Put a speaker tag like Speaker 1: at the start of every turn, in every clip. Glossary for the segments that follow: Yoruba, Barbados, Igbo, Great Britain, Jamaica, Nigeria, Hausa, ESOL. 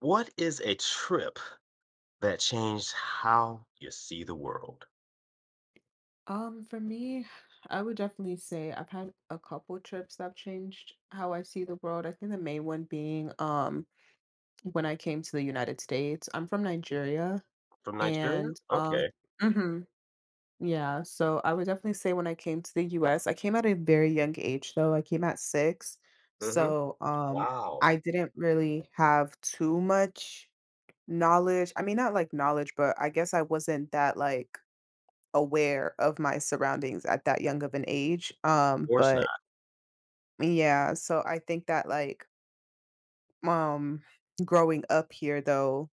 Speaker 1: What is a trip that changed how you see the world?
Speaker 2: For me, I would definitely say I've had a couple trips that have changed how I see the world. I think the main one being when I came to the United States. I'm from Nigeria
Speaker 1: From Nigeria?
Speaker 2: and
Speaker 1: Okay.
Speaker 2: mhm, yeah, so I would definitely say when I came to the US, I came at a very young age though. I came at six.
Speaker 1: Mhm.
Speaker 2: So um
Speaker 1: Wow.
Speaker 2: I didn't really have too much knowledge. I mean, not like knowledge, but I guess I wasn't that like aware of my surroundings at that young of an age.
Speaker 1: Of
Speaker 2: Um,
Speaker 1: course not.
Speaker 2: but yeah, so I think that um growing up here though,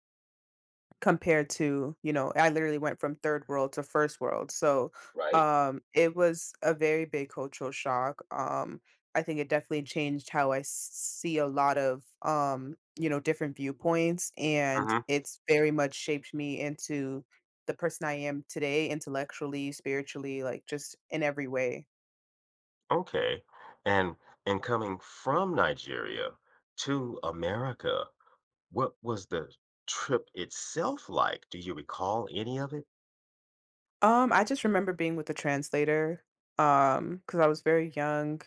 Speaker 2: compared to, you know, I literally went from third world to first world. So,
Speaker 1: Right?
Speaker 2: um, it was a very big cultural shock. I think it definitely changed how see a lot of, you know, different viewpoints. And
Speaker 1: Mhm.
Speaker 2: it's very much shaped me into the person I am today, intellectually, spiritually, like just in every way.
Speaker 1: Okay. And and coming from Nigeria to America, what was the trip itself like? Do you recall any of it?
Speaker 2: I just remember being with the translator because I was very young.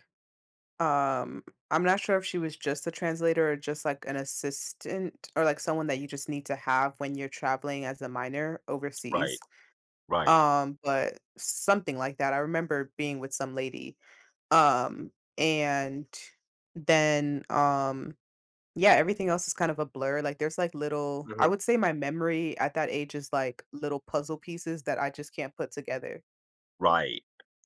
Speaker 2: Um, I'm not sure if she was just the translator or just like an assistant or like someone that you just need to have when you're traveling as a minor
Speaker 1: Right.
Speaker 2: overseas.
Speaker 1: Right.
Speaker 2: But something like that. I remember being with some lady. Um, and then yeah, everything else is kind of a blur. Like there's like little I
Speaker 1: Mhm.
Speaker 2: would say my memory at that age is like little puzzle pieces that I just can't put together.
Speaker 1: Right.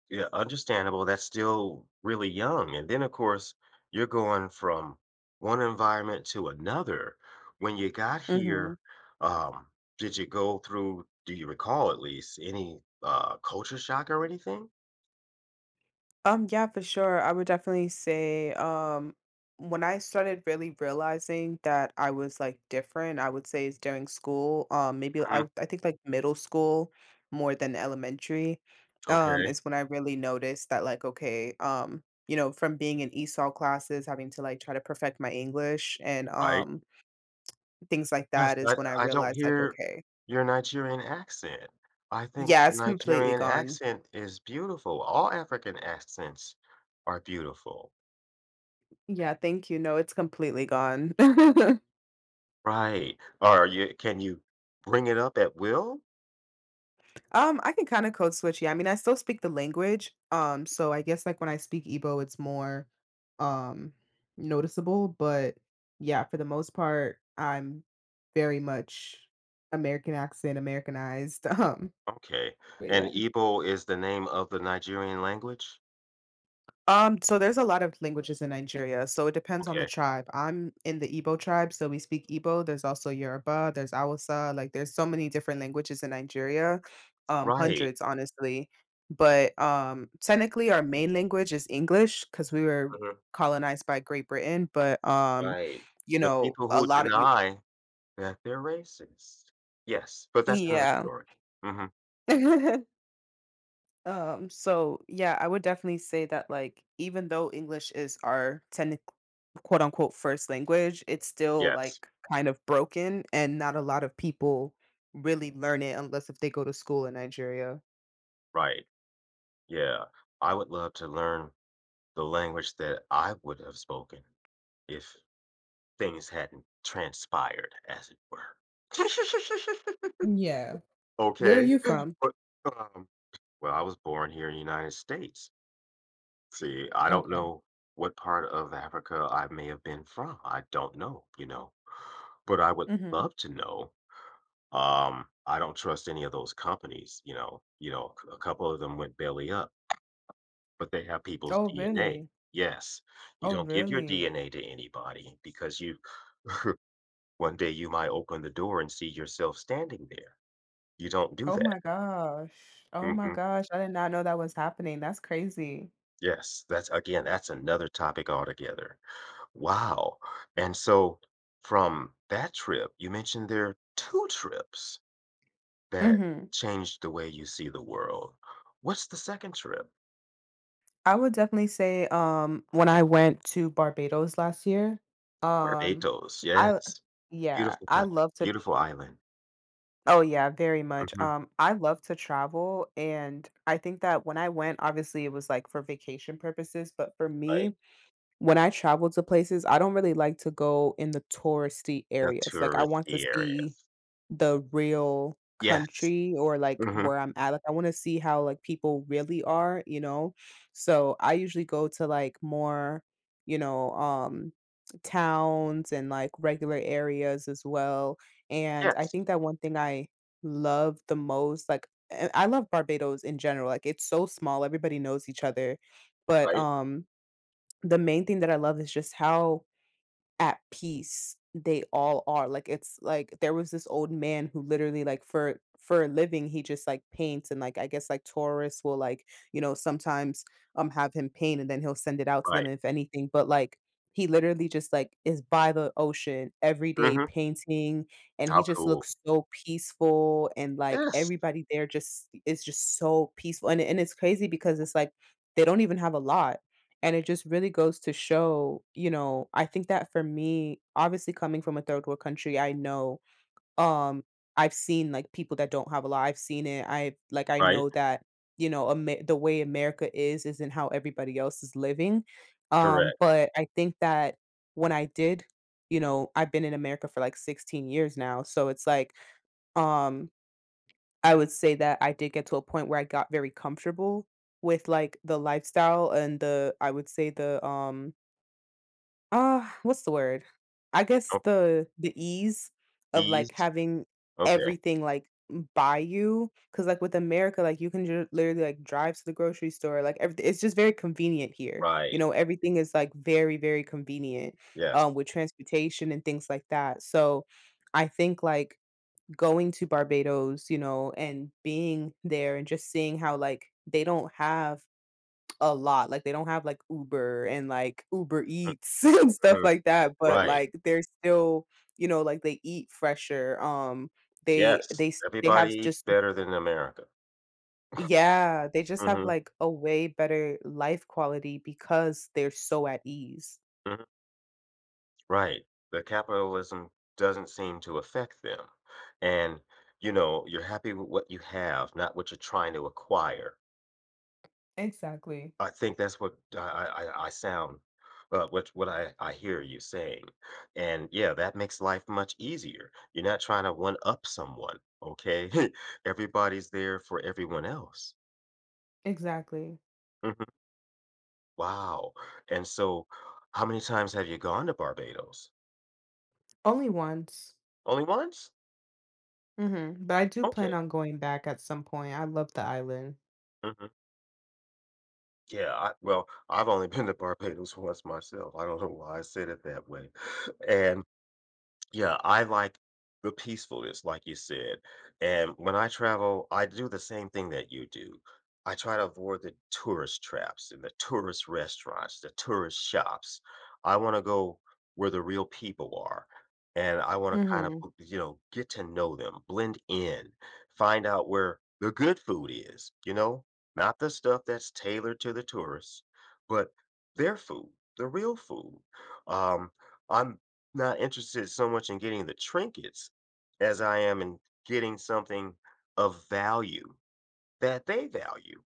Speaker 1: Yeah, understandable. That's still really young. And then, of course, you're going from one environment to another. When you got
Speaker 2: Mhm.
Speaker 1: here, um, did you go through, do you recall at least, any culture shock or anything?
Speaker 2: Yeah, for sure. I would definitely say, when I started really realizing that I was like different, I would say is during school. Um, maybe I
Speaker 1: Mhm.
Speaker 2: would- I think like middle school more than elementary,
Speaker 1: Okay,
Speaker 2: is when I really noticed that like, okay, you know, from being in ESOL classes, having to like try to perfect my English and
Speaker 1: right.
Speaker 2: um things like
Speaker 1: Yes,
Speaker 2: that is
Speaker 1: I,
Speaker 2: when I
Speaker 1: I don't
Speaker 2: realized like,
Speaker 1: hear
Speaker 2: okay,
Speaker 1: your Nigerian accent. I think
Speaker 2: yeah,
Speaker 1: the
Speaker 2: it's completely
Speaker 1: Nigerian
Speaker 2: gone.
Speaker 1: accent is beautiful. All African accents are beautiful.
Speaker 2: Yeah, thank you. No, it's completely gone.
Speaker 1: Right. Are you can you bring it up at will?
Speaker 2: I can kind of code switch. Yeah, I mean, I still speak the language. So I guess like when I speak Igbo, it's more um noticeable. But yeah, for the most part, I'm very much American accent, Americanized. Um,
Speaker 1: Okay.
Speaker 2: But
Speaker 1: And
Speaker 2: yeah.
Speaker 1: Igbo is the name of the Nigerian language?
Speaker 2: So there's a lot of languages in Nigeria, so it depends on the
Speaker 1: Okay.
Speaker 2: tribe. I'm in the Igbo tribe, so we speak Igbo. There's also Yoruba, there's Hausa, like there's so many different languages in Nigeria,
Speaker 1: Right.
Speaker 2: hundreds honestly. But technically, our main language is English because we were
Speaker 1: Mhm.
Speaker 2: colonized by Great Britain. But
Speaker 1: Right.
Speaker 2: you
Speaker 1: The
Speaker 2: know,
Speaker 1: people
Speaker 2: a
Speaker 1: who
Speaker 2: lot of you,
Speaker 1: deny that they're racist. Yes, but that's another
Speaker 2: yeah.
Speaker 1: story. Mhm.
Speaker 2: So yeah, I would definitely say that like even though English is our technically quote unquote first language, it's still
Speaker 1: Yes.
Speaker 2: like kind of broken and not a lot of people really learn it unless if they go to school in Nigeria.
Speaker 1: Right. Yeah. I would love to learn the language that I would have spoken if things hadn't transpired, as it were.
Speaker 2: Yeah. Where
Speaker 1: Okay.
Speaker 2: are you from?
Speaker 1: But, um well, I was born here in the United States. See, I don't
Speaker 2: Okay.
Speaker 1: know what part of Africa I may have been from. I don't know, but I would
Speaker 2: Mhm.
Speaker 1: love to know. I don't trust any of those companies. A couple of them went belly up, but they have people's
Speaker 2: Oh,
Speaker 1: DNA.
Speaker 2: really?
Speaker 1: Yes. You
Speaker 2: Oh,
Speaker 1: don't give your
Speaker 2: really?
Speaker 1: DNA to anybody because you one day you might open the door and see yourself standing there. You don't do
Speaker 2: Oh
Speaker 1: that.
Speaker 2: my gosh. Oh my
Speaker 1: Mhm.
Speaker 2: gosh. I did not know that was happening. That's crazy.
Speaker 1: Yes, that's, again, that's another topic altogether. Wow. And so from that trip, you mentioned there are 2 trips that
Speaker 2: Mhm.
Speaker 1: changed the way you see the world. What's the second trip?
Speaker 2: I would definitely say when I went to Barbados last year, um
Speaker 1: Barbados,
Speaker 2: I
Speaker 1: yes.
Speaker 2: yeah,
Speaker 1: Beautiful
Speaker 2: I
Speaker 1: country,
Speaker 2: love to.
Speaker 1: beautiful island.
Speaker 2: Oh, yeah, very much.
Speaker 1: Mhm,
Speaker 2: I love to travel, and I think that when I went, obviously it was like for vacation purposes, but for
Speaker 1: right?
Speaker 2: me, when I travel to places, I don't really like to go in the touristy
Speaker 1: The
Speaker 2: areas, like, I want to
Speaker 1: touristy
Speaker 2: see
Speaker 1: areas.
Speaker 2: the real
Speaker 1: Yes.
Speaker 2: country or, like,
Speaker 1: Mhm.
Speaker 2: where I'm at, like, I wanna see how, like, people really are, you know? So, I usually go to, like, more, you know, towns and, like, regular areas as well, and I
Speaker 1: Yes.
Speaker 2: think that one thing I love the most, like and I love Barbados in general, like, it's so small, everybody knows each other, but,
Speaker 1: Right,
Speaker 2: um the main thing that I love is just how at peace they all are, like, it's like there was this old man who literally, like, for a living, he just, like, paints and, like, I guess, like, tourists will, like, you know, sometimes, have him paint and then he'll send it out to them
Speaker 1: right.
Speaker 2: if anything, but, like, he literally just, like, is by the ocean every day
Speaker 1: Mhm.
Speaker 2: painting, and
Speaker 1: How
Speaker 2: he just
Speaker 1: cool.
Speaker 2: looks so peaceful and, like,
Speaker 1: Yes.
Speaker 2: everybody there just is just so peaceful, and it's crazy because it's like they don't even have a lot. And it just really goes to show, you know, I think that for me, obviously coming from a third world country, I know, um, I've seen like people that don't have a lot. I've seen it. I like I
Speaker 1: Right.
Speaker 2: know that, you know, the way America is isn't how everybody else is living.
Speaker 1: Correct.
Speaker 2: But I think that when I did, you know, I've been in America for like 16 years now. So it's like, um, I would say that I did get to a point where I got very comfortable with like the lifestyle and the I would say the what's the word? I guess
Speaker 1: Okay.
Speaker 2: the ease of
Speaker 1: Ease.
Speaker 2: like having
Speaker 1: Okay.
Speaker 2: everything like by you because like with America like you can literally like drive to the grocery store like everything it's just very convenient here you
Speaker 1: Right.
Speaker 2: know everything is like very convenient
Speaker 1: Yes.
Speaker 2: with transportation and things like that. So I think like going to Barbados you know and being there and just seeing how like they don't have a lot, like, they don't have, like, Uber and, like, Uber Eats and stuff
Speaker 1: Mhm.
Speaker 2: like that, but,
Speaker 1: Right.
Speaker 2: like, they're still you know, like, they eat fresher,
Speaker 1: Yes.
Speaker 2: they s they
Speaker 1: Everybody
Speaker 2: have
Speaker 1: eats
Speaker 2: just—
Speaker 1: better than America.
Speaker 2: yeah, they just have,
Speaker 1: Mhm.
Speaker 2: like, a way better life quality because they're so at ease.
Speaker 1: Mhm. Right. The capitalism doesn't seem to affect them. And, you're happy with what you have, not what you're trying to acquire.
Speaker 2: Exactly,
Speaker 1: I think that's what I sound what I hear you saying. And yeah, that makes life much easier. You're not trying to one up someone, okay? Everybody's there for everyone else.
Speaker 2: exactly.
Speaker 1: Mhm. Wow, and so, how many times have you gone to Barbados?
Speaker 2: Only once.
Speaker 1: Only once?
Speaker 2: Mhm, but I do
Speaker 1: Okay,
Speaker 2: plan on going back at some point, I love the island.
Speaker 1: mhm. Yeah, I well, I've only been to Barbados once myself, I don't know why I said it that way, and yeah, I like the peacefulness, like you said. And when I travel, I do the same thing that you do. I try to avoid the tourist traps and the tourist restaurants, the tourist shops. I want to go where the real people are. And I want to kind of,
Speaker 2: Mhm,
Speaker 1: you know, get to know them, blend in, find out where the good food is, you know, not the stuff that's tailored to the tourists, but their food, the real food. Um, I'm not interested so much in getting the trinkets as I am in getting something of value that they value,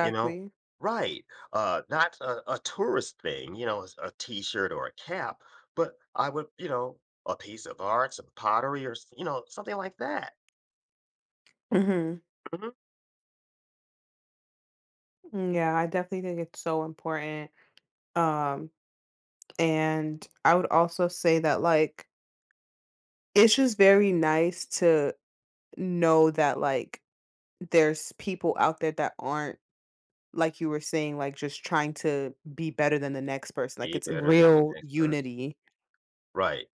Speaker 1: you know? Right. Not a tourist thing, you know, a t shirt or a cap, but I would, you know, a piece of art, some pottery or, you know, something like that.
Speaker 2: Mhm.
Speaker 1: Mhm.
Speaker 2: Mm, yeah, I definitely think it's so important, um and I would also say that, like, it's just very nice to know that, like, there's people out there that aren't, like you were saying, like, just trying to be better than the next person. Like,
Speaker 1: Be
Speaker 2: it's
Speaker 1: better than the
Speaker 2: real
Speaker 1: next person.
Speaker 2: unity.
Speaker 1: Right.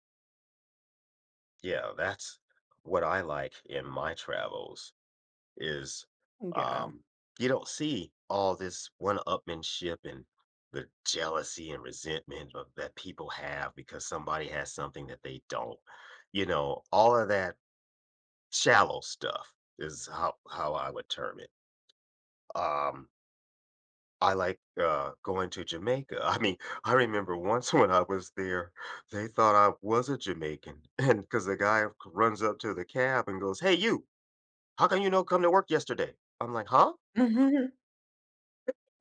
Speaker 1: Yeah. That's what I like in my travels is
Speaker 2: Yeah.
Speaker 1: um, you don't see all this one-upmanship and the jealousy and resentment of, that people have because somebody has something that they don't. You know, all of that shallow stuff is how I would term it. Um, I like going to Jamaica. I mean, I remember once when I was there, they thought I was a Jamaican, and because the guy runs up to the cab and goes, "Hey, you! How come you no come to work yesterday?" I'm like, "Huh?"
Speaker 2: Mhm.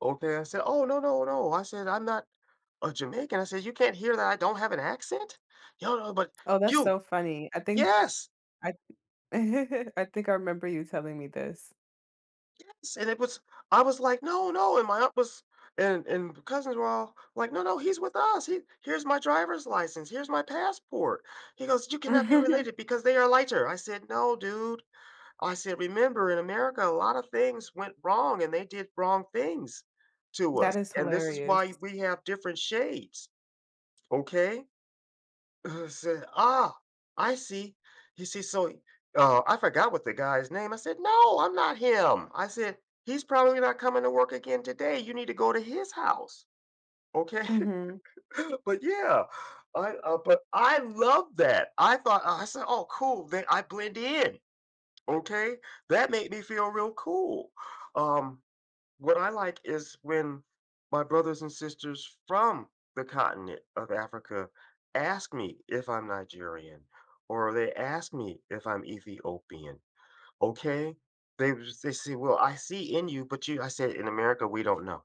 Speaker 1: Okay, I said, "Oh, no, no, no." I said, "I'm not a Jamaican." I said, "You can't hear that I don't have an accent?" Yo, no, but
Speaker 2: Oh, that's
Speaker 1: you
Speaker 2: so funny. I think
Speaker 1: yes,
Speaker 2: I I think I remember you telling me this.
Speaker 1: yes." And it was I was like, "No, no." And my aunt was and cousins were all like, "No, no, he's with us. He here's my driver's license. Here's my passport." He goes, "You cannot be related because they are lighter." I said, "No, dude." I said, "Remember, in America, a lot of things went wrong and they did wrong things to us.
Speaker 2: That is
Speaker 1: And this is why
Speaker 2: hilarious.
Speaker 1: we have different shades." Okay? I said, "Ah, I see. You see, so I forgot what the guy's name." I said, "No, I'm not him." I said, "He's probably not coming to work again today. You need to go to his house." Okay,
Speaker 2: Hmm.
Speaker 1: but yeah, I but I love that. I thought I said, "Oh, cool." Then I blend in. Okay, that made me feel real cool. Um, what I like is when my brothers and sisters from the continent of Africa ask me if I'm Nigerian, or they ask me if I'm Ethiopian. Okay, they say, "Well, I see in you, but you," I said, "In America, we don't know."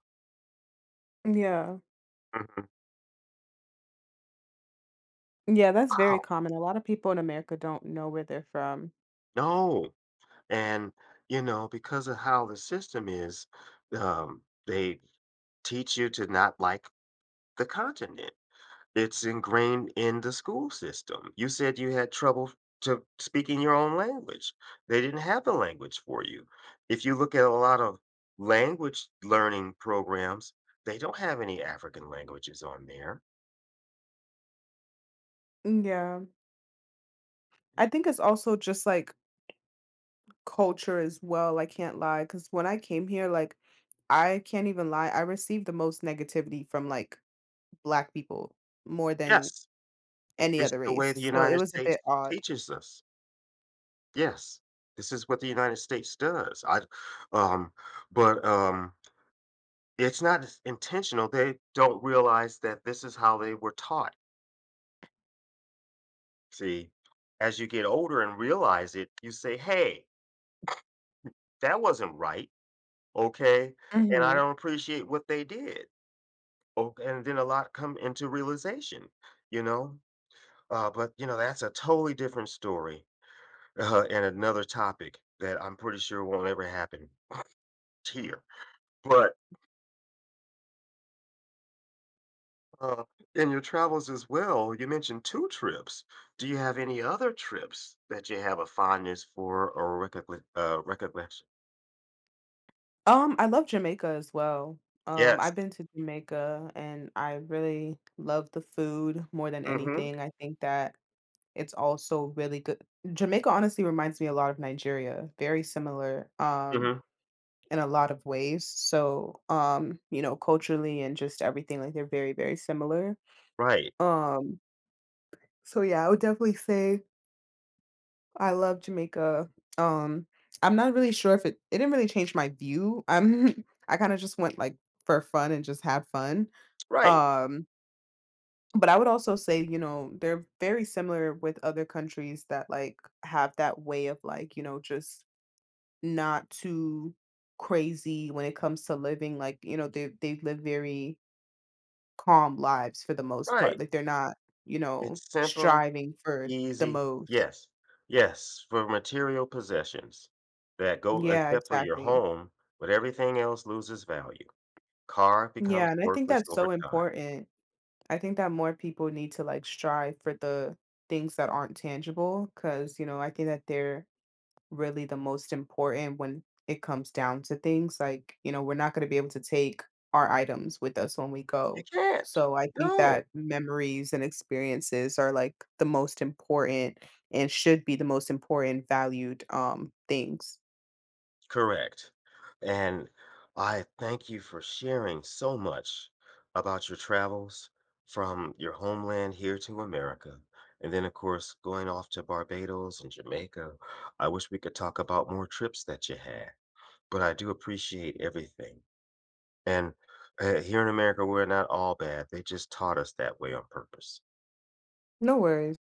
Speaker 2: Yeah.
Speaker 1: Mhm.
Speaker 2: Yeah, that's very
Speaker 1: Wow,
Speaker 2: common. A lot of people in America don't know where they're from.
Speaker 1: no, and because of how the system is, they teach you to not like the continent. It's ingrained in the school system. You said you had trouble to speaking your own language. They didn't have the language for you. If you look at a lot of language learning programs, they don't have any African languages on there.
Speaker 2: Yeah. I think it's also just, like, culture as well, I can't lie, because when I came here, like, I can't even lie, I received the most negativity from, like, Black people more than
Speaker 1: Yes, I
Speaker 2: any
Speaker 1: it's
Speaker 2: other
Speaker 1: the way the
Speaker 2: race, so it
Speaker 1: United
Speaker 2: was a
Speaker 1: States
Speaker 2: bit odd.
Speaker 1: teaches us. Yes, this is what the United States does. I, um, but It's not as intentional. They don't realize that this is how they were taught. See, as you get older and realize it, you say, "Hey, that wasn't right, okay? And I
Speaker 2: Mhm.
Speaker 1: don't appreciate what they did." Okay, and then a lot come into realization, you know? But, that's a totally different story, and another topic that I'm pretty sure won't ever happen here. But, uh, in your travels as well, you mentioned 2 trips. Do you have any other trips that you have a fondness for or recogni recollection?
Speaker 2: I love Jamaica as well.
Speaker 1: Yes.
Speaker 2: I've been to Jamaica, and I really love the food more than
Speaker 1: Mhm.
Speaker 2: anything, I think that it's also really good. Jamaica honestly reminds me a lot of Nigeria, very similar,
Speaker 1: Mhm.
Speaker 2: in a lot of ways. So, you know, culturally and just everything, like they're very similar.
Speaker 1: Right,
Speaker 2: Um, so yeah, I would definitely say I love Jamaica. Um, I'm not really sure if it didn't really change my view. I'm I kind of just went like for fun and just had fun.
Speaker 1: right,
Speaker 2: Um, but I would also say, you know, they're very similar with other countries that like have that way of like, you know, just not too crazy when it comes to living. Like, you know, they live very calm lives for the most part,
Speaker 1: right.
Speaker 2: like, they're not, you know,
Speaker 1: It's simple,
Speaker 2: striving for the
Speaker 1: easy,
Speaker 2: most.
Speaker 1: yes, yes, for material possessions that go
Speaker 2: Yeah,
Speaker 1: except for your
Speaker 2: exactly.
Speaker 1: home, but everything else loses value. Car
Speaker 2: Yeah,
Speaker 1: becomes
Speaker 2: and I think
Speaker 1: worthless
Speaker 2: that's
Speaker 1: over
Speaker 2: so
Speaker 1: time.
Speaker 2: important. I think that more people need to, like, strive for the things that aren't tangible, because you know, I think that they're really the most important when it comes down to things. Like, you know, we're not going to be able to take our items with us when we
Speaker 1: You
Speaker 2: go.
Speaker 1: can't.
Speaker 2: So I think
Speaker 1: No.
Speaker 2: that memories and experiences are like the most important and should be the most important valued things.
Speaker 1: Correct. And I thank you for sharing so much about your travels from your homeland here to America. And then, of course, going off to Barbados and Jamaica. I wish we could talk about more trips that you had, but I do appreciate everything. And here in America, we're not all bad. They just taught us that way on purpose.
Speaker 2: No worries.